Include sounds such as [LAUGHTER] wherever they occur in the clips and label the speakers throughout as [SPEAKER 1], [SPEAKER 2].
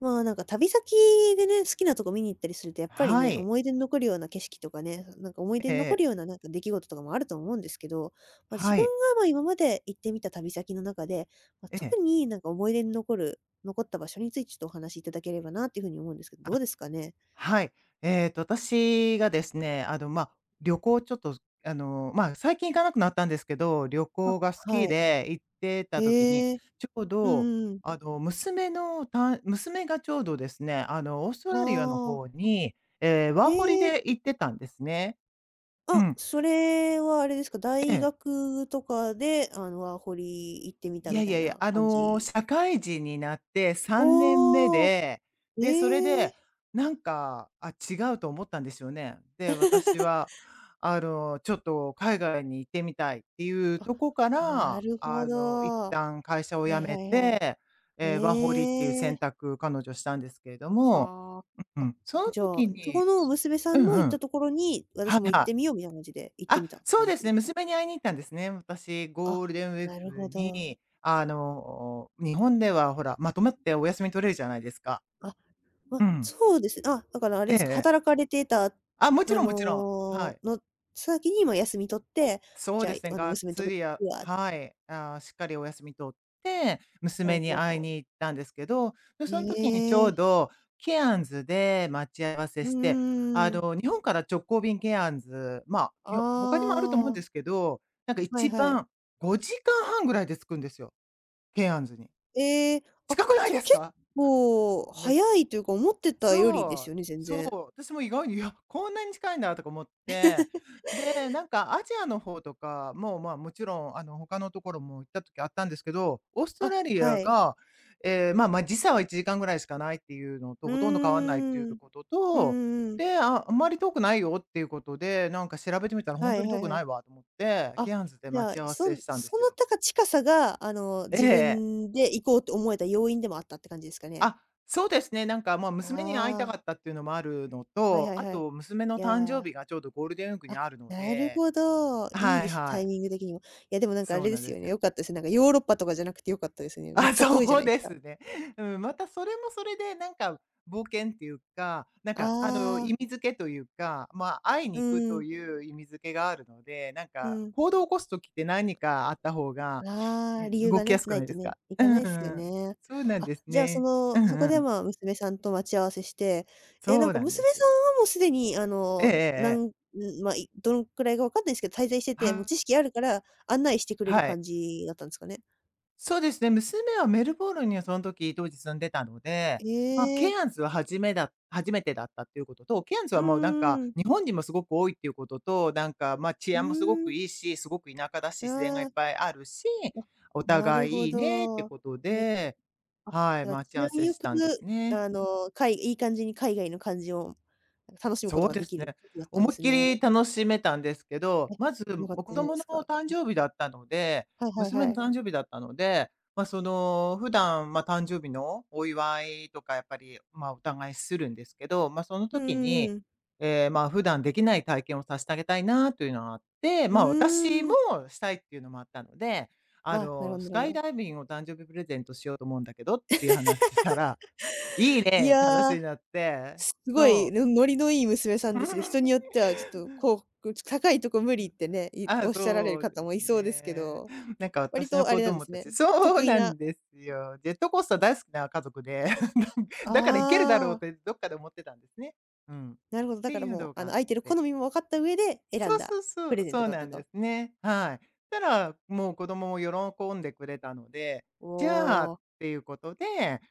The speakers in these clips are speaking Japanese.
[SPEAKER 1] まあ、なんか旅先でね、好きなとこ見に行ったりすると、やっぱり
[SPEAKER 2] は
[SPEAKER 1] ね、
[SPEAKER 2] い。
[SPEAKER 1] 思い出に残るような景色とかね、なんか思い出
[SPEAKER 2] え
[SPEAKER 1] に残
[SPEAKER 2] え、
[SPEAKER 1] るようななんか出来事とかもあると思うんですけど、まあ、自
[SPEAKER 2] は
[SPEAKER 1] 分
[SPEAKER 2] い。
[SPEAKER 1] がまあ、今まで行ってみた旅先の中で、まあ、
[SPEAKER 2] え
[SPEAKER 1] 特
[SPEAKER 2] え。
[SPEAKER 1] になんか思い出に残った場所についてちょっとお話しいただければなっていう風に思うんですけど、どう
[SPEAKER 2] あ、
[SPEAKER 1] ですかね？
[SPEAKER 2] はい。私がですね、旅行ちょっと、あの、まあ、最近行かなくなったんですけど、旅
[SPEAKER 1] あ、
[SPEAKER 2] 行が好
[SPEAKER 1] は
[SPEAKER 2] き
[SPEAKER 1] い。
[SPEAKER 2] で行ってた時に、
[SPEAKER 1] へえ。
[SPEAKER 2] ちょう
[SPEAKER 1] う
[SPEAKER 2] ど、
[SPEAKER 1] んうん。
[SPEAKER 2] 娘のた娘がちょうどですね、オースト
[SPEAKER 1] あ
[SPEAKER 2] ラリアの
[SPEAKER 1] あ。
[SPEAKER 2] 方に、ええ、ワーホリ
[SPEAKER 1] へえ。
[SPEAKER 2] で行ってたんですね。う
[SPEAKER 1] あ、
[SPEAKER 2] ん。
[SPEAKER 1] それはあれですか、大
[SPEAKER 2] え。
[SPEAKER 1] 学とかで、あの、ワーホリ行ってみた
[SPEAKER 2] い
[SPEAKER 1] み
[SPEAKER 2] やい
[SPEAKER 1] たい
[SPEAKER 2] やいや、
[SPEAKER 1] な感じ？
[SPEAKER 2] 社会人になって3年目
[SPEAKER 1] おお。
[SPEAKER 2] で、それ
[SPEAKER 1] え
[SPEAKER 2] で、
[SPEAKER 1] え。
[SPEAKER 2] 違うと思ったんですよね。で、私は、ちょっと海外に行ってみたいっていう
[SPEAKER 1] あ、
[SPEAKER 2] とこか
[SPEAKER 1] な
[SPEAKER 2] ら、
[SPEAKER 1] るほ
[SPEAKER 2] 一
[SPEAKER 1] ど。
[SPEAKER 2] 旦会社を
[SPEAKER 1] は
[SPEAKER 2] 辞
[SPEAKER 1] いは
[SPEAKER 2] め
[SPEAKER 1] いは
[SPEAKER 2] て、
[SPEAKER 1] い。
[SPEAKER 2] ワーホリっていう
[SPEAKER 1] え
[SPEAKER 2] 選
[SPEAKER 1] え、
[SPEAKER 2] 択、彼女したんですけれども、
[SPEAKER 1] は
[SPEAKER 2] う
[SPEAKER 1] あ。あ、
[SPEAKER 2] ん。その
[SPEAKER 1] じゃあ、
[SPEAKER 2] 時
[SPEAKER 1] そこ
[SPEAKER 2] に
[SPEAKER 1] の娘さ
[SPEAKER 2] う
[SPEAKER 1] ん
[SPEAKER 2] んう
[SPEAKER 1] の行った
[SPEAKER 2] ん。
[SPEAKER 1] ところに、
[SPEAKER 2] は
[SPEAKER 1] 私
[SPEAKER 2] い
[SPEAKER 1] も行っ
[SPEAKER 2] は
[SPEAKER 1] て
[SPEAKER 2] い。
[SPEAKER 1] みようみたいな感じで行って
[SPEAKER 2] あ、
[SPEAKER 1] みたって
[SPEAKER 2] そう
[SPEAKER 1] 感
[SPEAKER 2] ですね、
[SPEAKER 1] じ？
[SPEAKER 2] 娘に会いに行ったんですね。私、
[SPEAKER 1] あ、
[SPEAKER 2] ゴールデンウィー
[SPEAKER 1] なる
[SPEAKER 2] ク
[SPEAKER 1] ほど。
[SPEAKER 2] に、日本ではほら、まとまってお休み取れるじゃないですか。
[SPEAKER 1] あ、ま、
[SPEAKER 2] うん。
[SPEAKER 1] そうですね。あ、だからあれですか、
[SPEAKER 2] ええ
[SPEAKER 1] 働かれてた、あ
[SPEAKER 2] あ、もちろんもちろん。は
[SPEAKER 1] の
[SPEAKER 2] い。
[SPEAKER 1] 先に、ま、休み取って、
[SPEAKER 2] そう
[SPEAKER 1] じゃ
[SPEAKER 2] ですね、
[SPEAKER 1] あ、あの、
[SPEAKER 2] がっ
[SPEAKER 1] 娘んと
[SPEAKER 2] つ
[SPEAKER 1] こ
[SPEAKER 2] りや
[SPEAKER 1] 行くわ。
[SPEAKER 2] はい、しっかりお休み取って、
[SPEAKER 1] ほ
[SPEAKER 2] 娘
[SPEAKER 1] う
[SPEAKER 2] に
[SPEAKER 1] ほうほ
[SPEAKER 2] 会い
[SPEAKER 1] う。
[SPEAKER 2] に行ったんですけど、で、
[SPEAKER 1] へ
[SPEAKER 2] その時にちょ
[SPEAKER 1] え。
[SPEAKER 2] うどケアンズで待ち合わせ
[SPEAKER 1] うん
[SPEAKER 2] し
[SPEAKER 1] うん
[SPEAKER 2] て、
[SPEAKER 1] うんうん。
[SPEAKER 2] 日本から直行便ケアンズ、まあ、
[SPEAKER 1] あ
[SPEAKER 2] 他にもあると思うん
[SPEAKER 1] あ、
[SPEAKER 2] ですけど、なんか
[SPEAKER 1] はい
[SPEAKER 2] 一
[SPEAKER 1] はい。
[SPEAKER 2] 番5時間半ぐらいで着くんですよ、ケアンズに。
[SPEAKER 1] ええ、あ、
[SPEAKER 2] 近くない
[SPEAKER 1] じゃ、
[SPEAKER 2] です
[SPEAKER 1] 結
[SPEAKER 2] か？
[SPEAKER 1] 構
[SPEAKER 2] め
[SPEAKER 1] 早いというか、思ってたよりで
[SPEAKER 2] そ
[SPEAKER 1] す
[SPEAKER 2] う、
[SPEAKER 1] よね、全
[SPEAKER 2] そう、
[SPEAKER 1] 然。
[SPEAKER 2] 私も意外に、いや、こんなに近いんだとか思って、で、なんかアジアの方とかも、まあ、もちろん、他のところも行った時あったんですけど、オースト
[SPEAKER 1] あ、
[SPEAKER 2] ラリ
[SPEAKER 1] は
[SPEAKER 2] ア
[SPEAKER 1] い。
[SPEAKER 2] が、まあまあ、時差は1時間ぐらいしかないっていうの
[SPEAKER 1] う
[SPEAKER 2] と、ほとんど変わんないってい
[SPEAKER 1] ー
[SPEAKER 2] う
[SPEAKER 1] ん。
[SPEAKER 2] こと
[SPEAKER 1] うんう
[SPEAKER 2] と、
[SPEAKER 1] んうん。
[SPEAKER 2] で、あんまり遠くないよっていうことで、なんか調べてみたら本
[SPEAKER 1] は
[SPEAKER 2] 当
[SPEAKER 1] い
[SPEAKER 2] に
[SPEAKER 1] は
[SPEAKER 2] 遠
[SPEAKER 1] い
[SPEAKER 2] く
[SPEAKER 1] は
[SPEAKER 2] な
[SPEAKER 1] い。
[SPEAKER 2] いわと思って、
[SPEAKER 1] あ、
[SPEAKER 2] ケアンズで
[SPEAKER 1] じ
[SPEAKER 2] 待
[SPEAKER 1] ゃあ、
[SPEAKER 2] ち合わ
[SPEAKER 1] そ
[SPEAKER 2] せ
[SPEAKER 1] ん
[SPEAKER 2] したんで
[SPEAKER 1] そ
[SPEAKER 2] す
[SPEAKER 1] の
[SPEAKER 2] よ。
[SPEAKER 1] たか近さが、あの、
[SPEAKER 2] え
[SPEAKER 1] 自
[SPEAKER 2] え。
[SPEAKER 1] 分で行こうって思えた要因でもあったって感じですかね？
[SPEAKER 2] あ、そうですね。まあ、娘に会いた
[SPEAKER 1] あ
[SPEAKER 2] かったっていうのもあるの
[SPEAKER 1] あ、はい
[SPEAKER 2] と、
[SPEAKER 1] はい
[SPEAKER 2] あ
[SPEAKER 1] はい。
[SPEAKER 2] と娘
[SPEAKER 1] い
[SPEAKER 2] の誕生
[SPEAKER 1] や、
[SPEAKER 2] 日がちょうどゴールデンウィークに
[SPEAKER 1] あ、
[SPEAKER 2] あるの
[SPEAKER 1] なる
[SPEAKER 2] で
[SPEAKER 1] ほど。いい
[SPEAKER 2] は
[SPEAKER 1] で
[SPEAKER 2] い
[SPEAKER 1] す、
[SPEAKER 2] は
[SPEAKER 1] タイ
[SPEAKER 2] い。
[SPEAKER 1] ミング的にも。いや、でもなんかあ
[SPEAKER 2] そう
[SPEAKER 1] れで
[SPEAKER 2] なん
[SPEAKER 1] す
[SPEAKER 2] で
[SPEAKER 1] よ
[SPEAKER 2] す
[SPEAKER 1] ね、
[SPEAKER 2] よ。
[SPEAKER 1] 良かったですね。なんかヨーロッパとかじゃなくて良かったですね。
[SPEAKER 2] [LAUGHS]
[SPEAKER 1] めっ
[SPEAKER 2] あ、
[SPEAKER 1] ちゃ遠いじゃ
[SPEAKER 2] そ
[SPEAKER 1] な
[SPEAKER 2] う
[SPEAKER 1] いす
[SPEAKER 2] で
[SPEAKER 1] か。
[SPEAKER 2] すね。うん、またそれもそれで冒険っていうか、
[SPEAKER 1] ああ、
[SPEAKER 2] 意味付けというか、会い
[SPEAKER 1] う
[SPEAKER 2] に行くと
[SPEAKER 1] ん、
[SPEAKER 2] いう意味付けがあるので、なん
[SPEAKER 1] う
[SPEAKER 2] か
[SPEAKER 1] ん。
[SPEAKER 2] 行動を起こすときって何かあった方が、
[SPEAKER 1] あ
[SPEAKER 2] う
[SPEAKER 1] あ、理
[SPEAKER 2] ん、
[SPEAKER 1] 由
[SPEAKER 2] 動
[SPEAKER 1] が
[SPEAKER 2] きや
[SPEAKER 1] ね、
[SPEAKER 2] すく
[SPEAKER 1] ない
[SPEAKER 2] ないで
[SPEAKER 1] と
[SPEAKER 2] す
[SPEAKER 1] ね、
[SPEAKER 2] か？
[SPEAKER 1] 行
[SPEAKER 2] [LAUGHS] う
[SPEAKER 1] か
[SPEAKER 2] んう
[SPEAKER 1] ないっすよ
[SPEAKER 2] ん。
[SPEAKER 1] ね。
[SPEAKER 2] そうなん
[SPEAKER 1] あ、
[SPEAKER 2] です
[SPEAKER 1] じゃあ、そ
[SPEAKER 2] ね。
[SPEAKER 1] の、
[SPEAKER 2] うん
[SPEAKER 1] そ
[SPEAKER 2] う
[SPEAKER 1] こで、
[SPEAKER 2] ん。
[SPEAKER 1] まあ、娘さんと待ち合わせして、え、な
[SPEAKER 2] そ
[SPEAKER 1] ん
[SPEAKER 2] う
[SPEAKER 1] か
[SPEAKER 2] なんで
[SPEAKER 1] 娘
[SPEAKER 2] す
[SPEAKER 1] さ
[SPEAKER 2] よ。
[SPEAKER 1] んはもうすでに、あ
[SPEAKER 2] ええ
[SPEAKER 1] の、
[SPEAKER 2] ええ
[SPEAKER 1] な
[SPEAKER 2] え
[SPEAKER 1] んん、
[SPEAKER 2] え。
[SPEAKER 1] ま、いどのくらいか分かんないすけど、滞在して
[SPEAKER 2] は
[SPEAKER 1] て、もう
[SPEAKER 2] い
[SPEAKER 1] 知識あるから案内してくれる
[SPEAKER 2] はい。
[SPEAKER 1] 感じだったんですかね？
[SPEAKER 2] そうですね、娘はメルボルンにその時、当時住んでたので、
[SPEAKER 1] え
[SPEAKER 2] まあ、ケ
[SPEAKER 1] え、
[SPEAKER 2] アンズは初めてだったっていうことと、ケアンズ
[SPEAKER 1] うん
[SPEAKER 2] は
[SPEAKER 1] う
[SPEAKER 2] もうなんか、
[SPEAKER 1] んうん。
[SPEAKER 2] 日本人もすごく多いっていうことと、治
[SPEAKER 1] う
[SPEAKER 2] 安もすご
[SPEAKER 1] ー
[SPEAKER 2] く
[SPEAKER 1] ん、
[SPEAKER 2] いいし、すごく田舎だし、自然がい
[SPEAKER 1] あ
[SPEAKER 2] っぱいあるし、
[SPEAKER 1] あ、あ、
[SPEAKER 2] お
[SPEAKER 1] なる
[SPEAKER 2] 互
[SPEAKER 1] ほ
[SPEAKER 2] いいいねって
[SPEAKER 1] ど。
[SPEAKER 2] ことで、
[SPEAKER 1] あ、だ
[SPEAKER 2] はい、
[SPEAKER 1] から治
[SPEAKER 2] 待ち合わ
[SPEAKER 1] 安
[SPEAKER 2] せ
[SPEAKER 1] 良
[SPEAKER 2] し
[SPEAKER 1] く、
[SPEAKER 2] たんですね。
[SPEAKER 1] あの、か、いいい感じに海外の感じを楽しむこと
[SPEAKER 2] そう
[SPEAKER 1] が
[SPEAKER 2] で
[SPEAKER 1] で
[SPEAKER 2] す
[SPEAKER 1] きる
[SPEAKER 2] ね。
[SPEAKER 1] 時だったんで
[SPEAKER 2] 思いっ
[SPEAKER 1] す
[SPEAKER 2] き
[SPEAKER 1] ね。
[SPEAKER 2] り楽しめたんですけど、
[SPEAKER 1] ね、
[SPEAKER 2] まず、
[SPEAKER 1] よかった
[SPEAKER 2] 子
[SPEAKER 1] じゃないで
[SPEAKER 2] 供
[SPEAKER 1] す
[SPEAKER 2] の
[SPEAKER 1] か。
[SPEAKER 2] 誕生日だったので
[SPEAKER 1] はいはいは
[SPEAKER 2] 娘の
[SPEAKER 1] い。
[SPEAKER 2] 誕生日だったので、まあ、その、普段、まあ、誕生日のお祝いとかやっぱり、まあ、お互いするんですけど、まあ、その
[SPEAKER 1] うん
[SPEAKER 2] 時
[SPEAKER 1] うん
[SPEAKER 2] に、
[SPEAKER 1] うん。
[SPEAKER 2] ええ、まあ、普段できない体験をさせてあげたいなというのがあって、
[SPEAKER 1] う
[SPEAKER 2] まあ、私も
[SPEAKER 1] ーん。
[SPEAKER 2] したいっていうのもあったので、
[SPEAKER 1] あ、なるほどな
[SPEAKER 2] ス
[SPEAKER 1] るほ
[SPEAKER 2] カイ
[SPEAKER 1] ど。
[SPEAKER 2] ダイビングを誕生日プレゼントしようと思うんだけどっていう話したら、いい
[SPEAKER 1] い
[SPEAKER 2] ね、って話
[SPEAKER 1] や、
[SPEAKER 2] になって、
[SPEAKER 1] すごい
[SPEAKER 2] そ
[SPEAKER 1] の
[SPEAKER 2] う。
[SPEAKER 1] ノリのいい娘さんですね。人によってはちょっと、
[SPEAKER 2] [LAUGHS]
[SPEAKER 1] こう、高いとこ無理ってね、
[SPEAKER 2] あ、
[SPEAKER 1] おっしゃられる
[SPEAKER 2] そうで
[SPEAKER 1] 方
[SPEAKER 2] す
[SPEAKER 1] もいそうですけ
[SPEAKER 2] ね。
[SPEAKER 1] ど、
[SPEAKER 2] [LAUGHS] なんか
[SPEAKER 1] 割
[SPEAKER 2] 私の
[SPEAKER 1] とあ
[SPEAKER 2] 子
[SPEAKER 1] れなんで
[SPEAKER 2] 供
[SPEAKER 1] す
[SPEAKER 2] た
[SPEAKER 1] ね。
[SPEAKER 2] ちそう
[SPEAKER 1] 得意
[SPEAKER 2] な
[SPEAKER 1] な。
[SPEAKER 2] んですよ。ジェットコースター大好きな家族で、[LAUGHS] だから行けるだろう
[SPEAKER 1] あ
[SPEAKER 2] っ
[SPEAKER 1] あ、
[SPEAKER 2] てどっかで思ってたんですね。うん。っ
[SPEAKER 1] なるほど、だ
[SPEAKER 2] て
[SPEAKER 1] から
[SPEAKER 2] いう
[SPEAKER 1] もう、
[SPEAKER 2] の
[SPEAKER 1] あ
[SPEAKER 2] があ
[SPEAKER 1] の、
[SPEAKER 2] っ
[SPEAKER 1] 相手の好
[SPEAKER 2] て。
[SPEAKER 1] みも分かった上で選ん
[SPEAKER 2] そう
[SPEAKER 1] だ
[SPEAKER 2] そうそ
[SPEAKER 1] プレ
[SPEAKER 2] う、
[SPEAKER 1] ゼン
[SPEAKER 2] そ
[SPEAKER 1] ト
[SPEAKER 2] う
[SPEAKER 1] だっ
[SPEAKER 2] な
[SPEAKER 1] た
[SPEAKER 2] んで
[SPEAKER 1] と。
[SPEAKER 2] すね。はい。そしたら、もう子供も喜んでくれたので、
[SPEAKER 1] お
[SPEAKER 2] じゃあっ
[SPEAKER 1] お、
[SPEAKER 2] ていうことで、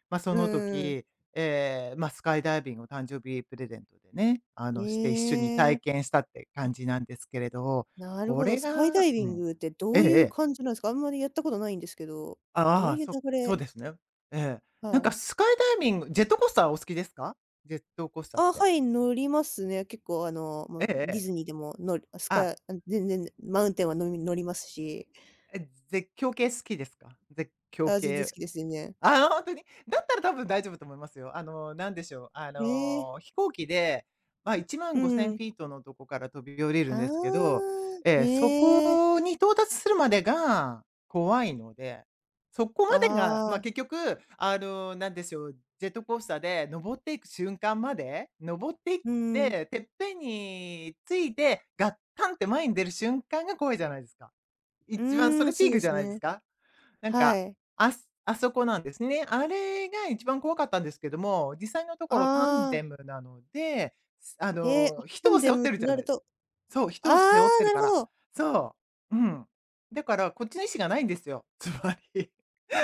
[SPEAKER 2] まあ、そ
[SPEAKER 1] う
[SPEAKER 2] の
[SPEAKER 1] んんうん。
[SPEAKER 2] 時、ええ、まあ、スカイダイビングを誕生日プレゼントでね、して一緒に
[SPEAKER 1] え
[SPEAKER 2] 体
[SPEAKER 1] え。
[SPEAKER 2] 験したって感じなんですけれど、
[SPEAKER 1] なる
[SPEAKER 2] こ
[SPEAKER 1] ほど、
[SPEAKER 2] れ
[SPEAKER 1] スカイダ
[SPEAKER 2] が
[SPEAKER 1] イビ
[SPEAKER 2] う
[SPEAKER 1] ン
[SPEAKER 2] ん。
[SPEAKER 1] グってど
[SPEAKER 2] えええ
[SPEAKER 1] ういう
[SPEAKER 2] え。
[SPEAKER 1] 感じなんですか？あんまりやったことないんですけど、ど
[SPEAKER 2] あ
[SPEAKER 1] う
[SPEAKER 2] あ、
[SPEAKER 1] いう流
[SPEAKER 2] そう
[SPEAKER 1] れ。
[SPEAKER 2] ですね。ええ。
[SPEAKER 1] は
[SPEAKER 2] なん
[SPEAKER 1] い。
[SPEAKER 2] かスカイダイビングジェットコースターお好きですか？ジェットコースターっ
[SPEAKER 1] あ、
[SPEAKER 2] て。
[SPEAKER 1] はい、乗りますね。結構あの、も
[SPEAKER 2] ええ
[SPEAKER 1] うディ
[SPEAKER 2] え
[SPEAKER 1] ズ
[SPEAKER 2] え。
[SPEAKER 1] ニーでものス
[SPEAKER 2] あ、
[SPEAKER 1] カイあ全然マウンテンは乗りますし、
[SPEAKER 2] え、絶叫系好きですか？絶叫
[SPEAKER 1] あ、全然好
[SPEAKER 2] 系
[SPEAKER 1] きです、全然。
[SPEAKER 2] あ本当に？[LAUGHS] だったら多分大丈夫と思いますよ。あの、なんでしょう、あ
[SPEAKER 1] へえ、
[SPEAKER 2] の、飛行機で、まあ、
[SPEAKER 1] う
[SPEAKER 2] 15,000
[SPEAKER 1] ん。
[SPEAKER 2] フィートのとこから飛び降りる
[SPEAKER 1] あ
[SPEAKER 2] んですけど、
[SPEAKER 1] あ、
[SPEAKER 2] そ
[SPEAKER 1] へえ、
[SPEAKER 2] こに到達するまでが怖いので、そこまでが、ま
[SPEAKER 1] あ
[SPEAKER 2] あ、
[SPEAKER 1] あ、
[SPEAKER 2] 結局、あの、なんでしょう、ジェットコースターで登っていく瞬間まで、登っていっ
[SPEAKER 1] うん。
[SPEAKER 2] て、てっぺんについて、ガッタンって前に出る瞬間が怖いじゃないですか。
[SPEAKER 1] う
[SPEAKER 2] 一番そ
[SPEAKER 1] ーん、
[SPEAKER 2] れピ
[SPEAKER 1] そう
[SPEAKER 2] ー
[SPEAKER 1] で
[SPEAKER 2] クじゃ
[SPEAKER 1] す
[SPEAKER 2] ないです
[SPEAKER 1] ね。
[SPEAKER 2] か？なん
[SPEAKER 1] は
[SPEAKER 2] か、
[SPEAKER 1] い。
[SPEAKER 2] あそこなんですね。あれが一番怖かったんですけども、実際のところタン
[SPEAKER 1] あ
[SPEAKER 2] デ
[SPEAKER 1] あ、
[SPEAKER 2] ムなので、
[SPEAKER 1] へえ、あ、タ
[SPEAKER 2] 人
[SPEAKER 1] ン
[SPEAKER 2] を背
[SPEAKER 1] デ
[SPEAKER 2] 負っ
[SPEAKER 1] ム
[SPEAKER 2] てる
[SPEAKER 1] と
[SPEAKER 2] じゃ
[SPEAKER 1] な
[SPEAKER 2] な
[SPEAKER 1] る
[SPEAKER 2] い
[SPEAKER 1] と。
[SPEAKER 2] そう、
[SPEAKER 1] あ
[SPEAKER 2] 人を背負っ
[SPEAKER 1] あ、
[SPEAKER 2] てる
[SPEAKER 1] なる
[SPEAKER 2] か
[SPEAKER 1] ほ
[SPEAKER 2] ら。
[SPEAKER 1] ど。
[SPEAKER 2] そう。うん。だからこっちの意思がないんですよ、つまり。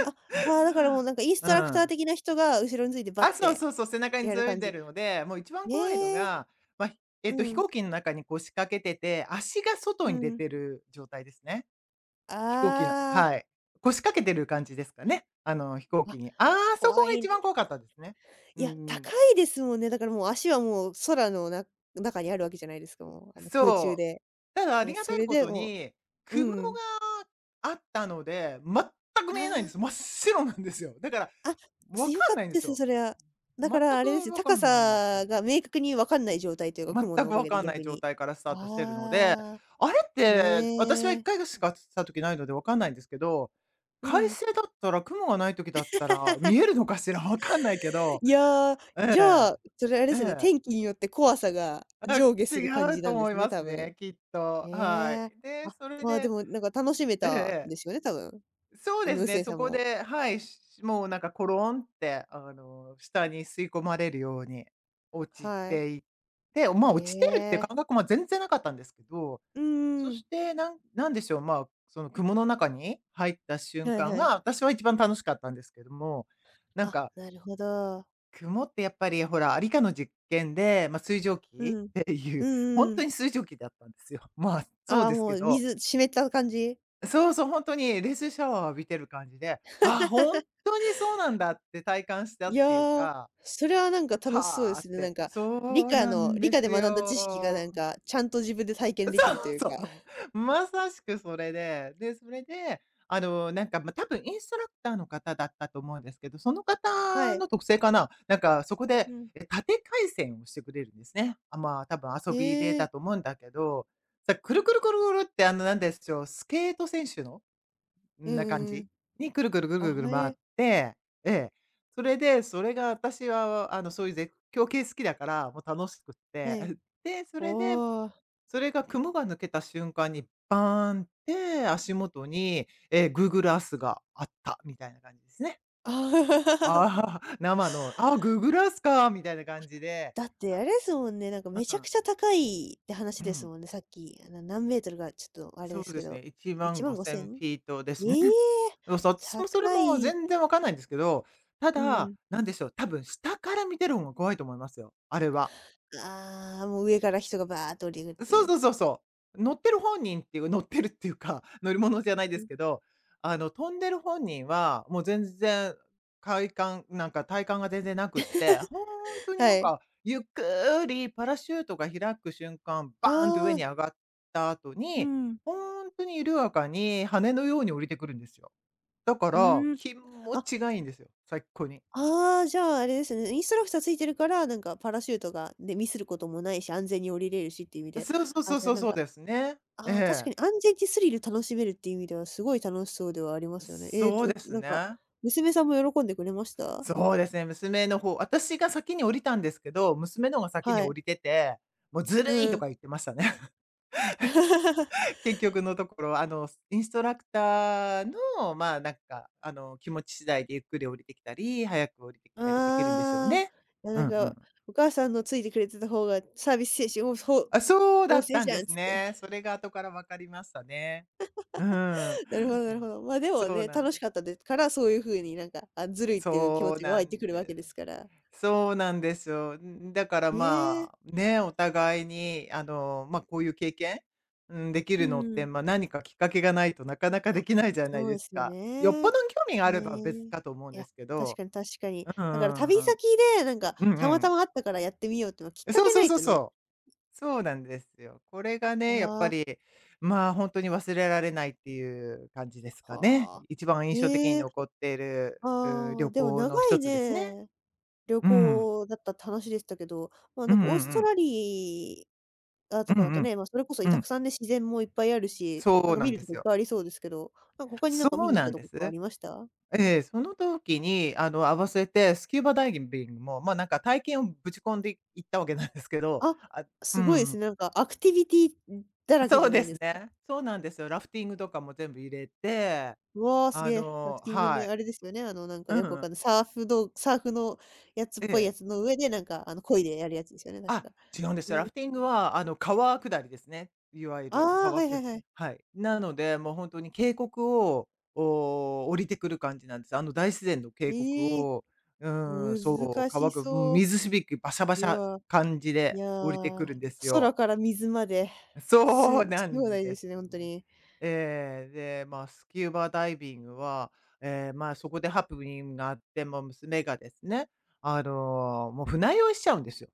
[SPEAKER 1] あ、まあ、だからもう
[SPEAKER 2] [LAUGHS]
[SPEAKER 1] なんかインスト
[SPEAKER 2] う
[SPEAKER 1] ラクター
[SPEAKER 2] ん。
[SPEAKER 1] 的な人が後ろについてバッ
[SPEAKER 2] あ、そう
[SPEAKER 1] て
[SPEAKER 2] そうそう、背中に
[SPEAKER 1] や
[SPEAKER 2] つ
[SPEAKER 1] る
[SPEAKER 2] い
[SPEAKER 1] 感
[SPEAKER 2] て
[SPEAKER 1] じ。
[SPEAKER 2] るので、もう一番
[SPEAKER 1] ね
[SPEAKER 2] 怖いの
[SPEAKER 1] え、
[SPEAKER 2] が、まあ、ひえっ
[SPEAKER 1] う
[SPEAKER 2] と、飛
[SPEAKER 1] ん、
[SPEAKER 2] 行機の中にこう仕掛けてて、足が外
[SPEAKER 1] う
[SPEAKER 2] に出
[SPEAKER 1] ん。
[SPEAKER 2] てる状態ですね。飛行機の
[SPEAKER 1] ああ、
[SPEAKER 2] はい。腰掛けてる感じですかね？飛行
[SPEAKER 1] あ、
[SPEAKER 2] 機に。ああ、そこ
[SPEAKER 1] 怖
[SPEAKER 2] が一
[SPEAKER 1] い。
[SPEAKER 2] 番怖かったですね。
[SPEAKER 1] い
[SPEAKER 2] う
[SPEAKER 1] や、
[SPEAKER 2] んん。
[SPEAKER 1] 高いですもんね。だからもう足はもう空の中にあるわけじゃないですか、もう、あの、空中
[SPEAKER 2] そう。
[SPEAKER 1] で。
[SPEAKER 2] ただ、あり
[SPEAKER 1] で、
[SPEAKER 2] が
[SPEAKER 1] そ
[SPEAKER 2] たい
[SPEAKER 1] れ
[SPEAKER 2] こ
[SPEAKER 1] で
[SPEAKER 2] と
[SPEAKER 1] も
[SPEAKER 2] に、
[SPEAKER 1] う、う
[SPEAKER 2] 雲が
[SPEAKER 1] ん。
[SPEAKER 2] あったので、全く見えないんです。
[SPEAKER 1] あ
[SPEAKER 2] 真っ白なんですよ。だから、
[SPEAKER 1] あ、あ、
[SPEAKER 2] わ
[SPEAKER 1] 良
[SPEAKER 2] か
[SPEAKER 1] かっ
[SPEAKER 2] ん
[SPEAKER 1] た
[SPEAKER 2] ないんで
[SPEAKER 1] で
[SPEAKER 2] す
[SPEAKER 1] す、そ
[SPEAKER 2] よ。
[SPEAKER 1] れは。だか
[SPEAKER 2] 全
[SPEAKER 1] らあ
[SPEAKER 2] く
[SPEAKER 1] れですよ、
[SPEAKER 2] わか
[SPEAKER 1] 高
[SPEAKER 2] んないんです
[SPEAKER 1] さ
[SPEAKER 2] よ。
[SPEAKER 1] が明確にわかんない状態というか、雲
[SPEAKER 2] 全
[SPEAKER 1] のお
[SPEAKER 2] く
[SPEAKER 1] か
[SPEAKER 2] わ
[SPEAKER 1] げで
[SPEAKER 2] かんない
[SPEAKER 1] 逆
[SPEAKER 2] 状
[SPEAKER 1] に。
[SPEAKER 2] 態からスタートしてるので、
[SPEAKER 1] あ
[SPEAKER 2] あれっ
[SPEAKER 1] あ、
[SPEAKER 2] て、私は
[SPEAKER 1] ね
[SPEAKER 2] 1
[SPEAKER 1] え、
[SPEAKER 2] 回しかした時ないのでわかんないんですけど、
[SPEAKER 1] う
[SPEAKER 2] 快
[SPEAKER 1] ん。
[SPEAKER 2] 晴だったら、雲がない時だったら、見えるのかしらわかんないけど、
[SPEAKER 1] いやー、
[SPEAKER 2] え
[SPEAKER 1] じゃ
[SPEAKER 2] え、
[SPEAKER 1] あ、それあれで
[SPEAKER 2] え
[SPEAKER 1] すね、
[SPEAKER 2] え、
[SPEAKER 1] 天気によって怖さが
[SPEAKER 2] あ、
[SPEAKER 1] 上下する感
[SPEAKER 2] 違
[SPEAKER 1] じ
[SPEAKER 2] うと
[SPEAKER 1] なんで
[SPEAKER 2] 思
[SPEAKER 1] す
[SPEAKER 2] い
[SPEAKER 1] ね、
[SPEAKER 2] ます
[SPEAKER 1] 多分。
[SPEAKER 2] ね、きっと。
[SPEAKER 1] へ
[SPEAKER 2] は
[SPEAKER 1] え。
[SPEAKER 2] い。で、
[SPEAKER 1] あ、
[SPEAKER 2] それ
[SPEAKER 1] まあ、で
[SPEAKER 2] で
[SPEAKER 1] もなんか楽しめ
[SPEAKER 2] え
[SPEAKER 1] たん
[SPEAKER 2] え
[SPEAKER 1] ですよね、多分。
[SPEAKER 2] そう
[SPEAKER 1] あ
[SPEAKER 2] で
[SPEAKER 1] の、
[SPEAKER 2] す
[SPEAKER 1] うせ
[SPEAKER 2] ね、
[SPEAKER 1] い
[SPEAKER 2] そ
[SPEAKER 1] さん
[SPEAKER 2] こ
[SPEAKER 1] も。
[SPEAKER 2] で、はい、もうなんかコロンって、下に吸い込まれるように落ち
[SPEAKER 1] はい。
[SPEAKER 2] ていって、
[SPEAKER 1] へ
[SPEAKER 2] ま、落ちてるって
[SPEAKER 1] え。
[SPEAKER 2] 感覚も全然なかったんですけど
[SPEAKER 1] う
[SPEAKER 2] そ
[SPEAKER 1] んん。
[SPEAKER 2] して、なんでしょう、まあ、その雲の中に入った瞬
[SPEAKER 1] はい
[SPEAKER 2] 間
[SPEAKER 1] はい。
[SPEAKER 2] が、私は一番楽しかったんですけども、なん
[SPEAKER 1] あ、
[SPEAKER 2] か、
[SPEAKER 1] なるほど。
[SPEAKER 2] 雲ってやっぱりほら、ありかの実験で、まあ、水蒸気
[SPEAKER 1] うん。
[SPEAKER 2] ってい
[SPEAKER 1] う
[SPEAKER 2] う、本
[SPEAKER 1] んう
[SPEAKER 2] 当
[SPEAKER 1] ん。
[SPEAKER 2] に水蒸気だったんですよ。[LAUGHS] まあ、そう
[SPEAKER 1] ああ、
[SPEAKER 2] です
[SPEAKER 1] も
[SPEAKER 2] け
[SPEAKER 1] う
[SPEAKER 2] ど、
[SPEAKER 1] 水湿った感じ？
[SPEAKER 2] そうそう、本当にレースシャワーを浴びてる感じで、あ本当にそうなんだって体感した
[SPEAKER 1] い
[SPEAKER 2] っ
[SPEAKER 1] や
[SPEAKER 2] ていう
[SPEAKER 1] ー、
[SPEAKER 2] か、
[SPEAKER 1] それはなんか楽しそうで
[SPEAKER 2] はあっ
[SPEAKER 1] すね。なん
[SPEAKER 2] て、
[SPEAKER 1] か、
[SPEAKER 2] そうなん
[SPEAKER 1] 理
[SPEAKER 2] で
[SPEAKER 1] 科で
[SPEAKER 2] す
[SPEAKER 1] 学んだ知識がな
[SPEAKER 2] よ。
[SPEAKER 1] んか、ちゃんと自分で体験でき
[SPEAKER 2] そ
[SPEAKER 1] ると
[SPEAKER 2] う
[SPEAKER 1] いう
[SPEAKER 2] そ
[SPEAKER 1] か。
[SPEAKER 2] う。
[SPEAKER 1] [LAUGHS]
[SPEAKER 2] まさしくそれで、で、それで、まあ、多分インストラクターの方だったと思うんですけど、その
[SPEAKER 1] は
[SPEAKER 2] 方
[SPEAKER 1] い。
[SPEAKER 2] の特性かな、なんかそこで、
[SPEAKER 1] うん。
[SPEAKER 2] 縦回線をしてくれるんですね。あ、まあ、多分遊
[SPEAKER 1] え
[SPEAKER 2] びでだ
[SPEAKER 1] え。
[SPEAKER 2] と思うんだけど、くるくるくるくるって、あの、なんでしょう、スケート選手の
[SPEAKER 1] う
[SPEAKER 2] 感
[SPEAKER 1] んうん。
[SPEAKER 2] じにくるくるくるく
[SPEAKER 1] あ、
[SPEAKER 2] るくる
[SPEAKER 1] へ
[SPEAKER 2] 回っ
[SPEAKER 1] え、
[SPEAKER 2] て、ええ。それで、それが私は、あの、そういう絶叫系好きだから、もう楽しくっ
[SPEAKER 1] は
[SPEAKER 2] て、
[SPEAKER 1] い。
[SPEAKER 2] [LAUGHS] で、そ
[SPEAKER 1] お
[SPEAKER 2] れで
[SPEAKER 1] お。あ。
[SPEAKER 2] それが雲が抜けた瞬間にバーンって足元に、Google Earth があったみたいな感じですね。
[SPEAKER 1] [LAUGHS]
[SPEAKER 2] ああ、[LAUGHS] 生の、ああ、Google Earth かみたいな感じで、
[SPEAKER 1] だってあ
[SPEAKER 2] あ、
[SPEAKER 1] れですもんね、なんかめ
[SPEAKER 2] う
[SPEAKER 1] ちゃく
[SPEAKER 2] ん、
[SPEAKER 1] ちゃ高いって話
[SPEAKER 2] う
[SPEAKER 1] です
[SPEAKER 2] ん。
[SPEAKER 1] もんね、さっき、あの、何メートルかちょっとあれで
[SPEAKER 2] そう
[SPEAKER 1] す
[SPEAKER 2] で
[SPEAKER 1] け
[SPEAKER 2] す
[SPEAKER 1] ど、
[SPEAKER 2] ね、1万5千フ
[SPEAKER 1] 15,000？
[SPEAKER 2] ィートですね。
[SPEAKER 1] ええ、
[SPEAKER 2] そうそう、私もそれ
[SPEAKER 1] 高
[SPEAKER 2] も
[SPEAKER 1] い。
[SPEAKER 2] 全然わかんないんですけど、た
[SPEAKER 1] う
[SPEAKER 2] だ、
[SPEAKER 1] ん。
[SPEAKER 2] なんでしょう、多分下から見てる方が怖いと思いますよ、あれは。
[SPEAKER 1] ああ、もう上から人がバーっと降りてくるって
[SPEAKER 2] そ
[SPEAKER 1] い
[SPEAKER 2] う
[SPEAKER 1] う。
[SPEAKER 2] そうそうそう。乗ってる本人っていう乗ってるっていうか、[LAUGHS] 乗り物じゃない
[SPEAKER 1] う
[SPEAKER 2] です
[SPEAKER 1] ん、
[SPEAKER 2] けど、あの、飛んでる本人は、もう全然、快感なんか体感が全然なくって、ほんとに
[SPEAKER 1] は
[SPEAKER 2] なん
[SPEAKER 1] い。
[SPEAKER 2] か、ゆっくりパラシュートが開く瞬間、バーンと上
[SPEAKER 1] ああ、
[SPEAKER 2] に上がった後
[SPEAKER 1] う
[SPEAKER 2] に、
[SPEAKER 1] ん。
[SPEAKER 2] ほんとに緩やかに羽のように降りてくるんですよ。だか
[SPEAKER 1] う
[SPEAKER 2] ら、
[SPEAKER 1] ーん。
[SPEAKER 2] 気持
[SPEAKER 1] あ、
[SPEAKER 2] ちがいいんですよ、最高に。
[SPEAKER 1] ああ、じゃああれですね、インストラクターついてるから、なんかパラシュートが、でミスることもないし、安全に降りれるしっていう意味で、
[SPEAKER 2] そうそう
[SPEAKER 1] あ、
[SPEAKER 2] そう
[SPEAKER 1] じゃあ
[SPEAKER 2] そう
[SPEAKER 1] なん
[SPEAKER 2] そう
[SPEAKER 1] か、
[SPEAKER 2] ですね。え
[SPEAKER 1] ああ、確か
[SPEAKER 2] え。
[SPEAKER 1] に安全にスリル楽しめるっていう意味ではすごい楽しそうではありますよね。ええ、
[SPEAKER 2] そう
[SPEAKER 1] お
[SPEAKER 2] です
[SPEAKER 1] なんか、
[SPEAKER 2] ね。
[SPEAKER 1] 娘さんも喜んでくれました？
[SPEAKER 2] そうですね、娘の方私が先に降りたんですけど、娘の方が先に
[SPEAKER 1] は
[SPEAKER 2] 降
[SPEAKER 1] い。
[SPEAKER 2] りてて、もうずるい
[SPEAKER 1] う
[SPEAKER 2] と
[SPEAKER 1] ん。
[SPEAKER 2] か言ってましたね。[LAUGHS]
[SPEAKER 1] [LAUGHS]
[SPEAKER 2] 結局のところ、あの、インストラクターの、まあ、なんか、あの、気持ち次第でゆっくり降りてきたり、早く降りてきたりできるんでしょう
[SPEAKER 1] ああ、
[SPEAKER 2] ね。
[SPEAKER 1] いや、
[SPEAKER 2] う
[SPEAKER 1] なん
[SPEAKER 2] んう
[SPEAKER 1] か、
[SPEAKER 2] ん。
[SPEAKER 1] お母さんのついてくれてた方がサービス精神おそう
[SPEAKER 2] あ、そうだ
[SPEAKER 1] 旺
[SPEAKER 2] っ
[SPEAKER 1] 盛
[SPEAKER 2] た
[SPEAKER 1] じ
[SPEAKER 2] ん
[SPEAKER 1] ゃ
[SPEAKER 2] で
[SPEAKER 1] んっ
[SPEAKER 2] す
[SPEAKER 1] つっ
[SPEAKER 2] ね。
[SPEAKER 1] て。
[SPEAKER 2] それが後から分かりましたね。うん。な
[SPEAKER 1] [LAUGHS] なるほどなるほど。まあ、でも
[SPEAKER 2] そう
[SPEAKER 1] ね、
[SPEAKER 2] なん
[SPEAKER 1] 楽し
[SPEAKER 2] で
[SPEAKER 1] かっ
[SPEAKER 2] す。
[SPEAKER 1] たですから、そういう風になんか、あ、ずるいっていう気持
[SPEAKER 2] そう
[SPEAKER 1] ちが湧
[SPEAKER 2] な
[SPEAKER 1] いてく
[SPEAKER 2] ん
[SPEAKER 1] るわけ
[SPEAKER 2] で
[SPEAKER 1] で
[SPEAKER 2] す。
[SPEAKER 1] すから。
[SPEAKER 2] そうなんですよ。んだから
[SPEAKER 1] ええ、
[SPEAKER 2] まあ、ね、お互いに、あの、ま、あこういう経験、うん、でき
[SPEAKER 1] う
[SPEAKER 2] るのって、
[SPEAKER 1] ん。
[SPEAKER 2] ま、何かきっかけがないとなかなか
[SPEAKER 1] あ、
[SPEAKER 2] できないじゃない
[SPEAKER 1] そう
[SPEAKER 2] で
[SPEAKER 1] で
[SPEAKER 2] す
[SPEAKER 1] すよ
[SPEAKER 2] か。よっ
[SPEAKER 1] ね。
[SPEAKER 2] ぽどの興味があ
[SPEAKER 1] ね
[SPEAKER 2] れば別
[SPEAKER 1] え。
[SPEAKER 2] かと思うん
[SPEAKER 1] い
[SPEAKER 2] で
[SPEAKER 1] や、
[SPEAKER 2] すけ
[SPEAKER 1] 確
[SPEAKER 2] ど。
[SPEAKER 1] かに確かに。
[SPEAKER 2] う
[SPEAKER 1] だから旅
[SPEAKER 2] んうんうん。
[SPEAKER 1] 先で、なんか、
[SPEAKER 2] うんう
[SPEAKER 1] たまた
[SPEAKER 2] ん。
[SPEAKER 1] まあったからやってみようってのはきっか
[SPEAKER 2] そう
[SPEAKER 1] け
[SPEAKER 2] そ
[SPEAKER 1] な
[SPEAKER 2] う
[SPEAKER 1] い
[SPEAKER 2] そう
[SPEAKER 1] とね。
[SPEAKER 2] そう。そうなんですよ。これがね、やっ
[SPEAKER 1] あ
[SPEAKER 2] ぱ
[SPEAKER 1] あ、
[SPEAKER 2] り、まあ、本当に忘れられないっていう感じですかね。
[SPEAKER 1] はあ。
[SPEAKER 2] 一番印象的に
[SPEAKER 1] ええ、
[SPEAKER 2] 残っている、
[SPEAKER 1] ああ、
[SPEAKER 2] 旅
[SPEAKER 1] でも
[SPEAKER 2] 行
[SPEAKER 1] 長
[SPEAKER 2] の一
[SPEAKER 1] い
[SPEAKER 2] つですね。
[SPEAKER 1] ね、旅
[SPEAKER 2] うん。
[SPEAKER 1] 行だったって話でしたけど、まあ、
[SPEAKER 2] う
[SPEAKER 1] なん
[SPEAKER 2] んうん
[SPEAKER 1] か
[SPEAKER 2] う
[SPEAKER 1] オースト
[SPEAKER 2] ん。
[SPEAKER 1] ラリア
[SPEAKER 2] う
[SPEAKER 1] とかだ
[SPEAKER 2] ん
[SPEAKER 1] と
[SPEAKER 2] うん。
[SPEAKER 1] ね、ま、それこそ
[SPEAKER 2] う
[SPEAKER 1] たく
[SPEAKER 2] ん。
[SPEAKER 1] さんね、自然もいっぱいあるし、な
[SPEAKER 2] そ
[SPEAKER 1] ん
[SPEAKER 2] う
[SPEAKER 1] か
[SPEAKER 2] な
[SPEAKER 1] 見
[SPEAKER 2] ん
[SPEAKER 1] る
[SPEAKER 2] で
[SPEAKER 1] とこい
[SPEAKER 2] す
[SPEAKER 1] っ
[SPEAKER 2] よ。
[SPEAKER 1] ぱいありそうですけど、なんか他になん
[SPEAKER 2] そ
[SPEAKER 1] か見
[SPEAKER 2] う
[SPEAKER 1] に行っ
[SPEAKER 2] な
[SPEAKER 1] た
[SPEAKER 2] ん
[SPEAKER 1] と
[SPEAKER 2] で
[SPEAKER 1] ことかあ
[SPEAKER 2] す。
[SPEAKER 1] りました？
[SPEAKER 2] ええ、その時に、あの、合わせてスキューバダイビングも、ま、なんか体験をぶち込んでいったわけなんですけど、
[SPEAKER 1] あ、
[SPEAKER 2] あう
[SPEAKER 1] すごいです
[SPEAKER 2] ん、
[SPEAKER 1] ね、なんかアクティビティだらけじ
[SPEAKER 2] そ
[SPEAKER 1] ゃ
[SPEAKER 2] う
[SPEAKER 1] な
[SPEAKER 2] で
[SPEAKER 1] いで
[SPEAKER 2] す
[SPEAKER 1] すか。
[SPEAKER 2] ね。そうなんですよ。ラフティングとかも全部入れて、
[SPEAKER 1] うわ、すげ
[SPEAKER 2] あ
[SPEAKER 1] え。ラフ
[SPEAKER 2] の
[SPEAKER 1] ティング
[SPEAKER 2] は
[SPEAKER 1] で
[SPEAKER 2] い。
[SPEAKER 1] あれですよね、あの、なんか
[SPEAKER 2] う
[SPEAKER 1] よくわ
[SPEAKER 2] ん、
[SPEAKER 1] かんない、サーフのやつっ
[SPEAKER 2] え
[SPEAKER 1] ぽいや
[SPEAKER 2] え。
[SPEAKER 1] つの上で、なんか、あの、漕いでやるやつですよね、確
[SPEAKER 2] あ、
[SPEAKER 1] か。
[SPEAKER 2] 違うんです。よ
[SPEAKER 1] ね。
[SPEAKER 2] ラフティングは、あの、川下りですね。いわゆ
[SPEAKER 1] あ
[SPEAKER 2] る
[SPEAKER 1] あ、はいはいはい。
[SPEAKER 2] はい。なので、もう本当に渓谷を、降りてくる感じなんです。あの大自然の渓谷
[SPEAKER 1] ええ、
[SPEAKER 2] を、うん、そう、
[SPEAKER 1] 難し
[SPEAKER 2] 川が、うん、
[SPEAKER 1] そう。
[SPEAKER 2] 水しびきバシャバ
[SPEAKER 1] い
[SPEAKER 2] シャ
[SPEAKER 1] や、
[SPEAKER 2] 感じ
[SPEAKER 1] い
[SPEAKER 2] で降りてく
[SPEAKER 1] や、
[SPEAKER 2] るんです
[SPEAKER 1] 空
[SPEAKER 2] よ。
[SPEAKER 1] から水まで、
[SPEAKER 2] [LAUGHS] そう
[SPEAKER 1] 好
[SPEAKER 2] な
[SPEAKER 1] き放
[SPEAKER 2] ん
[SPEAKER 1] 題で
[SPEAKER 2] です
[SPEAKER 1] すね、ほんと
[SPEAKER 2] ね。
[SPEAKER 1] に。
[SPEAKER 2] えーで、まあ、スキューバダイビングは、まあ、そこでハプニングがあって、ま、娘がですね、あの、もう船酔いしちゃうんですよ。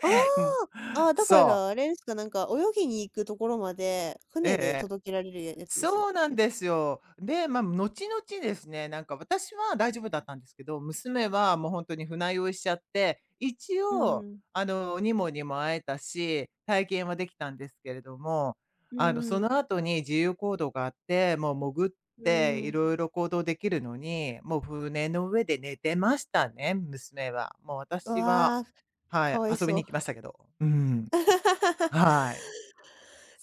[SPEAKER 1] あ
[SPEAKER 2] もう
[SPEAKER 1] あ、ああ、だか
[SPEAKER 2] そ
[SPEAKER 1] ら
[SPEAKER 2] う。
[SPEAKER 1] あれですか、なんか泳ぎに行くところまで、
[SPEAKER 2] ええ
[SPEAKER 1] 船
[SPEAKER 2] え
[SPEAKER 1] で
[SPEAKER 2] え。
[SPEAKER 1] 届けられるやつですっ
[SPEAKER 2] そうなん
[SPEAKER 1] け？
[SPEAKER 2] ですよ。で、まあ、後々ですね、なんか私は大丈夫だったんですけど、娘はもう本当に船酔いしちゃって、一
[SPEAKER 1] うん
[SPEAKER 2] 応
[SPEAKER 1] うん。
[SPEAKER 2] あの、にもにも会えたし、体験はできたんですけれども、
[SPEAKER 1] う
[SPEAKER 2] あの、そ
[SPEAKER 1] んうん。
[SPEAKER 2] の後に自由行動があって、もう潜っ
[SPEAKER 1] う
[SPEAKER 2] て
[SPEAKER 1] んう
[SPEAKER 2] い
[SPEAKER 1] ん。
[SPEAKER 2] ろいろ行動できるのに、もう船の上で寝てましたね、娘は。もう私は
[SPEAKER 1] わあ、
[SPEAKER 2] は
[SPEAKER 1] か
[SPEAKER 2] い、
[SPEAKER 1] わい
[SPEAKER 2] 遊び
[SPEAKER 1] そう。
[SPEAKER 2] に行きましたけど。うん。はい。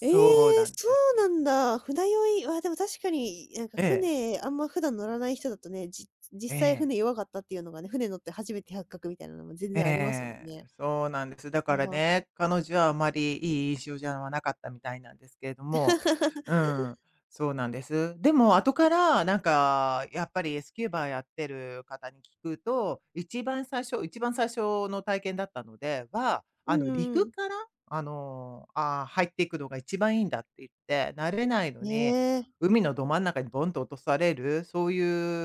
[SPEAKER 1] え
[SPEAKER 2] う
[SPEAKER 1] え、
[SPEAKER 2] なん
[SPEAKER 1] そ
[SPEAKER 2] ですよ。
[SPEAKER 1] うなんだ。船酔いは、でも確かに、なんか
[SPEAKER 2] ええ、
[SPEAKER 1] 船、あんま普段乗らない人だとね、実
[SPEAKER 2] え
[SPEAKER 1] 際
[SPEAKER 2] え、
[SPEAKER 1] 船弱かったっていうのがね、船乗って初めて発覚みたいなのも全
[SPEAKER 2] え
[SPEAKER 1] 然ありますもんね。
[SPEAKER 2] え、そうなんです。だか
[SPEAKER 1] わ
[SPEAKER 2] ら
[SPEAKER 1] あは。
[SPEAKER 2] ね、彼女はあまりいい印象じゃなかったみたいなんですけれども、
[SPEAKER 1] [LAUGHS]
[SPEAKER 2] うん、そうなんです。でも後からなんか、やっぱりスキューバやってる方に聞くと、一番最初の体験だったのでは、
[SPEAKER 1] う
[SPEAKER 2] あ
[SPEAKER 1] んう
[SPEAKER 2] の、
[SPEAKER 1] んう
[SPEAKER 2] 陸
[SPEAKER 1] ん。
[SPEAKER 2] から、あの、あー入っていくのが一番いいんだって言って、慣れないのに
[SPEAKER 1] ねえ、
[SPEAKER 2] 海のど真ん中にボンと落とされる、そう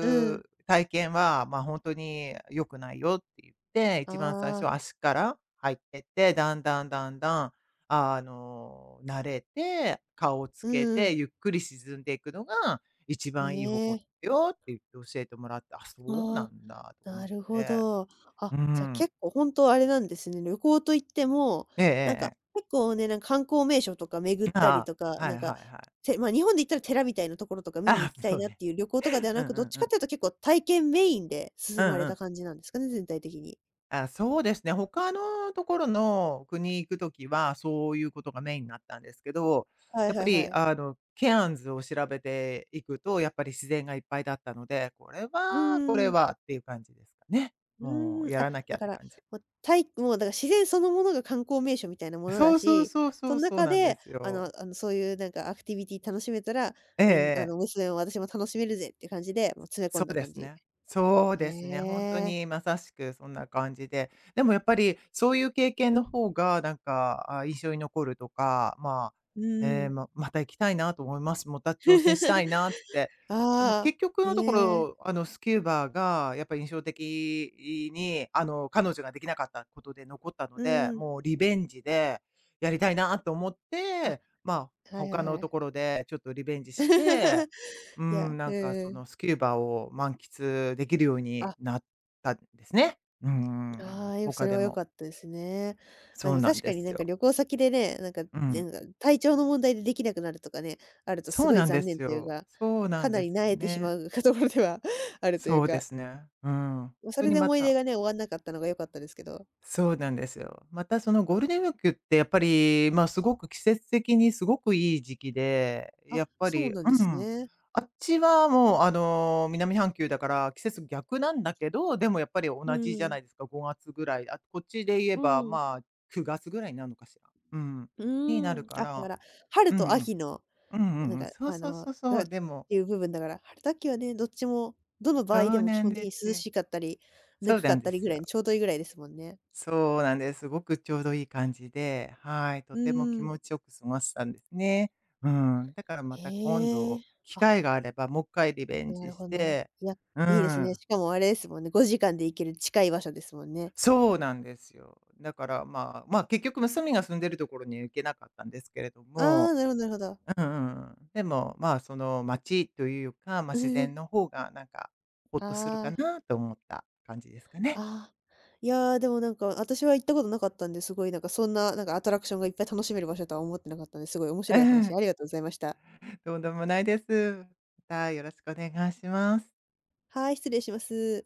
[SPEAKER 1] うん。
[SPEAKER 2] う体験は、まあ、本当に良くないよって言って、
[SPEAKER 1] あ
[SPEAKER 2] 一番最初
[SPEAKER 1] あ、
[SPEAKER 2] は足から入ってって、だんだん、あの、慣れて、顔をつ
[SPEAKER 1] う
[SPEAKER 2] け
[SPEAKER 1] んう
[SPEAKER 2] て、
[SPEAKER 1] ん。
[SPEAKER 2] ゆっくり沈んでいくのが一
[SPEAKER 1] へ
[SPEAKER 2] 番いい方法だ
[SPEAKER 1] え、
[SPEAKER 2] よって言って教えてもらって、あ、そうな
[SPEAKER 1] ああ。
[SPEAKER 2] んだとか思
[SPEAKER 1] な
[SPEAKER 2] っ
[SPEAKER 1] るほ
[SPEAKER 2] て。
[SPEAKER 1] ど。あ、
[SPEAKER 2] う
[SPEAKER 1] じゃ、あ
[SPEAKER 2] ん。
[SPEAKER 1] 結構本当あれなんですね。旅行といっても、
[SPEAKER 2] ええええ
[SPEAKER 1] なん
[SPEAKER 2] え
[SPEAKER 1] か、
[SPEAKER 2] え。
[SPEAKER 1] 結構ね、なんか観光名所とか巡ったり
[SPEAKER 2] ああ、
[SPEAKER 1] とか、
[SPEAKER 2] は
[SPEAKER 1] なん
[SPEAKER 2] いは
[SPEAKER 1] か、
[SPEAKER 2] いはい。
[SPEAKER 1] ま、日本で言ったら寺みたいなところとか見に
[SPEAKER 2] あ
[SPEAKER 1] 行き
[SPEAKER 2] あ、
[SPEAKER 1] たい
[SPEAKER 2] そう
[SPEAKER 1] なっ
[SPEAKER 2] ね。
[SPEAKER 1] ていう旅行とかでは
[SPEAKER 2] う
[SPEAKER 1] な
[SPEAKER 2] んう
[SPEAKER 1] く、どっ
[SPEAKER 2] ん
[SPEAKER 1] ち
[SPEAKER 2] う
[SPEAKER 1] かっ
[SPEAKER 2] ん。
[SPEAKER 1] ていうと結構体験メインで
[SPEAKER 2] う
[SPEAKER 1] 進ま
[SPEAKER 2] ん
[SPEAKER 1] れ
[SPEAKER 2] う
[SPEAKER 1] た
[SPEAKER 2] ん。
[SPEAKER 1] 感じなんですかね、全体的に。
[SPEAKER 2] あ、そうですね。他のところの国行くときは、そういうことがメインになったんですけど、
[SPEAKER 1] は
[SPEAKER 2] や
[SPEAKER 1] い
[SPEAKER 2] っ
[SPEAKER 1] は
[SPEAKER 2] ぱ
[SPEAKER 1] いは
[SPEAKER 2] り
[SPEAKER 1] い。
[SPEAKER 2] あの、ケアンズを調べていくと、やっぱり自然がいっぱいだったので、
[SPEAKER 1] う
[SPEAKER 2] これ
[SPEAKER 1] ーん。
[SPEAKER 2] はっていう感じですかね。
[SPEAKER 1] う
[SPEAKER 2] も
[SPEAKER 1] ーん、
[SPEAKER 2] うや
[SPEAKER 1] あ、
[SPEAKER 2] らなき
[SPEAKER 1] だ
[SPEAKER 2] ゃっ
[SPEAKER 1] か
[SPEAKER 2] て
[SPEAKER 1] ら、
[SPEAKER 2] 感じ。
[SPEAKER 1] もう、もうだから自然そのものが観光名所みたいなものだ
[SPEAKER 2] そうそう
[SPEAKER 1] し、
[SPEAKER 2] そうそ
[SPEAKER 1] そん
[SPEAKER 2] うそう
[SPEAKER 1] 中
[SPEAKER 2] なんで
[SPEAKER 1] で、
[SPEAKER 2] すよ。
[SPEAKER 1] あの、そういうなんかアクティビティ楽しめたら、
[SPEAKER 2] え
[SPEAKER 1] あ
[SPEAKER 2] え。
[SPEAKER 1] の、娘も私も楽しめるぜって感じで、もう詰め込
[SPEAKER 2] そ
[SPEAKER 1] ん
[SPEAKER 2] う
[SPEAKER 1] だ
[SPEAKER 2] で
[SPEAKER 1] 感
[SPEAKER 2] す
[SPEAKER 1] じ。
[SPEAKER 2] ね。そう
[SPEAKER 1] へ
[SPEAKER 2] ですね。本当
[SPEAKER 1] え。
[SPEAKER 2] にまさしくそんな感じで。でもやっぱりそういう経験の方がなんか、あ、印象に残るとか、まあ、
[SPEAKER 1] うん
[SPEAKER 2] え
[SPEAKER 1] う
[SPEAKER 2] え、
[SPEAKER 1] ん。
[SPEAKER 2] また行きたいなと思います。また挑戦
[SPEAKER 1] [LAUGHS]
[SPEAKER 2] したいなって。でも
[SPEAKER 1] ああ、
[SPEAKER 2] 結局
[SPEAKER 1] へ
[SPEAKER 2] のとこ
[SPEAKER 1] え。
[SPEAKER 2] ろ、あの、スキューバーがやっぱり印象的に、あの、彼女ができなかったことで残ったの
[SPEAKER 1] う
[SPEAKER 2] で、
[SPEAKER 1] ん。
[SPEAKER 2] もうリベンジでやりたいなと思っ
[SPEAKER 1] あ、
[SPEAKER 2] て、まあ、
[SPEAKER 1] はいは
[SPEAKER 2] 他
[SPEAKER 1] い
[SPEAKER 2] の
[SPEAKER 1] は
[SPEAKER 2] と
[SPEAKER 1] い。
[SPEAKER 2] ころでちょっとリベンジして
[SPEAKER 1] [LAUGHS]
[SPEAKER 2] う
[SPEAKER 1] いや、
[SPEAKER 2] ん、
[SPEAKER 1] う
[SPEAKER 2] な
[SPEAKER 1] ん
[SPEAKER 2] んかそ
[SPEAKER 1] うん。
[SPEAKER 2] のスキューバを満喫できるように
[SPEAKER 1] あ、
[SPEAKER 2] なったんですね。うん、
[SPEAKER 1] ああ、そ
[SPEAKER 2] 他
[SPEAKER 1] れ
[SPEAKER 2] で
[SPEAKER 1] は良か
[SPEAKER 2] も。
[SPEAKER 1] ったですね。まあ、
[SPEAKER 2] そ
[SPEAKER 1] で
[SPEAKER 2] う
[SPEAKER 1] も
[SPEAKER 2] なん
[SPEAKER 1] 確
[SPEAKER 2] で
[SPEAKER 1] かにな
[SPEAKER 2] す
[SPEAKER 1] んか
[SPEAKER 2] よ。
[SPEAKER 1] 旅行先でね、なんか、
[SPEAKER 2] う
[SPEAKER 1] な
[SPEAKER 2] ん。
[SPEAKER 1] んか体調の問題でできなくなるとかね、あるとす
[SPEAKER 2] そう
[SPEAKER 1] ごい
[SPEAKER 2] なんで
[SPEAKER 1] 残念
[SPEAKER 2] す
[SPEAKER 1] という
[SPEAKER 2] よ。
[SPEAKER 1] か、
[SPEAKER 2] そうな
[SPEAKER 1] か
[SPEAKER 2] ん
[SPEAKER 1] な
[SPEAKER 2] で
[SPEAKER 1] り
[SPEAKER 2] す
[SPEAKER 1] 萎
[SPEAKER 2] よ
[SPEAKER 1] えてし
[SPEAKER 2] ね。
[SPEAKER 1] まう [LAUGHS] ところでは [LAUGHS] あるという
[SPEAKER 2] そうで
[SPEAKER 1] か、
[SPEAKER 2] すね。うん。本
[SPEAKER 1] ま、そ
[SPEAKER 2] 当
[SPEAKER 1] れ
[SPEAKER 2] に
[SPEAKER 1] で
[SPEAKER 2] ま
[SPEAKER 1] 思い出
[SPEAKER 2] た
[SPEAKER 1] がね、終わんなかったのが良かったですけど。
[SPEAKER 2] そうなんですよ。またそのゴールデンウィークってやっぱり、ま、すごく季節的にすごくいい時期で、
[SPEAKER 1] あ、
[SPEAKER 2] やっぱ
[SPEAKER 1] そう
[SPEAKER 2] り
[SPEAKER 1] なん
[SPEAKER 2] う
[SPEAKER 1] です
[SPEAKER 2] ん。
[SPEAKER 1] ね。
[SPEAKER 2] あっちはもう、あの、南半球だから季節逆なんだけど、でもやっぱり同
[SPEAKER 1] う
[SPEAKER 2] じじゃ
[SPEAKER 1] ん。
[SPEAKER 2] ないですか、5月ぐらい。あ、こっちで言え
[SPEAKER 1] う
[SPEAKER 2] ば、
[SPEAKER 1] ん。
[SPEAKER 2] まあ、9月ぐらいになるのかしら。うん。
[SPEAKER 1] う
[SPEAKER 2] にな
[SPEAKER 1] ー
[SPEAKER 2] る
[SPEAKER 1] ん。
[SPEAKER 2] か
[SPEAKER 1] あ、だか
[SPEAKER 2] ら。
[SPEAKER 1] ら、春
[SPEAKER 2] うん
[SPEAKER 1] と
[SPEAKER 2] うん。
[SPEAKER 1] 秋の、
[SPEAKER 2] うんう
[SPEAKER 1] な
[SPEAKER 2] ん
[SPEAKER 1] ん
[SPEAKER 2] うん。
[SPEAKER 1] か、
[SPEAKER 2] そう
[SPEAKER 1] あ
[SPEAKER 2] そう
[SPEAKER 1] の、
[SPEAKER 2] そうそ
[SPEAKER 1] がっ
[SPEAKER 2] う。でも
[SPEAKER 1] ていう部分だから、春と秋はね、どっちも、どの場
[SPEAKER 2] そ
[SPEAKER 1] 合で
[SPEAKER 2] う
[SPEAKER 1] も基
[SPEAKER 2] なん
[SPEAKER 1] 本的
[SPEAKER 2] で
[SPEAKER 1] に
[SPEAKER 2] す
[SPEAKER 1] 涼
[SPEAKER 2] よ。
[SPEAKER 1] しかったり、ぬ
[SPEAKER 2] そう
[SPEAKER 1] くか
[SPEAKER 2] なん
[SPEAKER 1] っ
[SPEAKER 2] で
[SPEAKER 1] たりぐ
[SPEAKER 2] す
[SPEAKER 1] ら
[SPEAKER 2] よ。
[SPEAKER 1] いのちょうどいいぐらいですもんね。
[SPEAKER 2] そうなんです。すごくちょうどいい感じで、はい、と
[SPEAKER 1] う
[SPEAKER 2] ても気
[SPEAKER 1] ん。
[SPEAKER 2] 持ちよく過ごせたんですね。うん、だからまた今
[SPEAKER 1] へえ。
[SPEAKER 2] 度、機
[SPEAKER 1] あ、
[SPEAKER 2] 会があればもう一回リベン
[SPEAKER 1] なる
[SPEAKER 2] ジ
[SPEAKER 1] ほ
[SPEAKER 2] し
[SPEAKER 1] どなるほど。
[SPEAKER 2] て、
[SPEAKER 1] いや、
[SPEAKER 2] う
[SPEAKER 1] いいですね。
[SPEAKER 2] ん、
[SPEAKER 1] しかもあれですもんね、5時間で行ける近い場所ですもんね。
[SPEAKER 2] そうなんですよ。だからまあ、まあ結局娘が住んでるところには行けなかったんですけれど
[SPEAKER 1] ああ、
[SPEAKER 2] も、
[SPEAKER 1] なるほどなるほど。
[SPEAKER 2] うんうんうん、でもまあその街というか、まあ、自然の
[SPEAKER 1] [LAUGHS]
[SPEAKER 2] 方がなんかほっとする
[SPEAKER 1] あ
[SPEAKER 2] か
[SPEAKER 1] あ、
[SPEAKER 2] なと思った感じですかね。
[SPEAKER 1] ああ。いや、でもなんか、私は行ったことなかったんで、すごいなんかそんな、なんかアトラクションがいっぱい楽しめる場所とは思ってなかったんで、すごい面
[SPEAKER 2] う
[SPEAKER 1] 白い話
[SPEAKER 2] ん、
[SPEAKER 1] ありがとうございました。
[SPEAKER 2] とんでもないです。またよろしくお願いします。
[SPEAKER 1] はい、失礼します。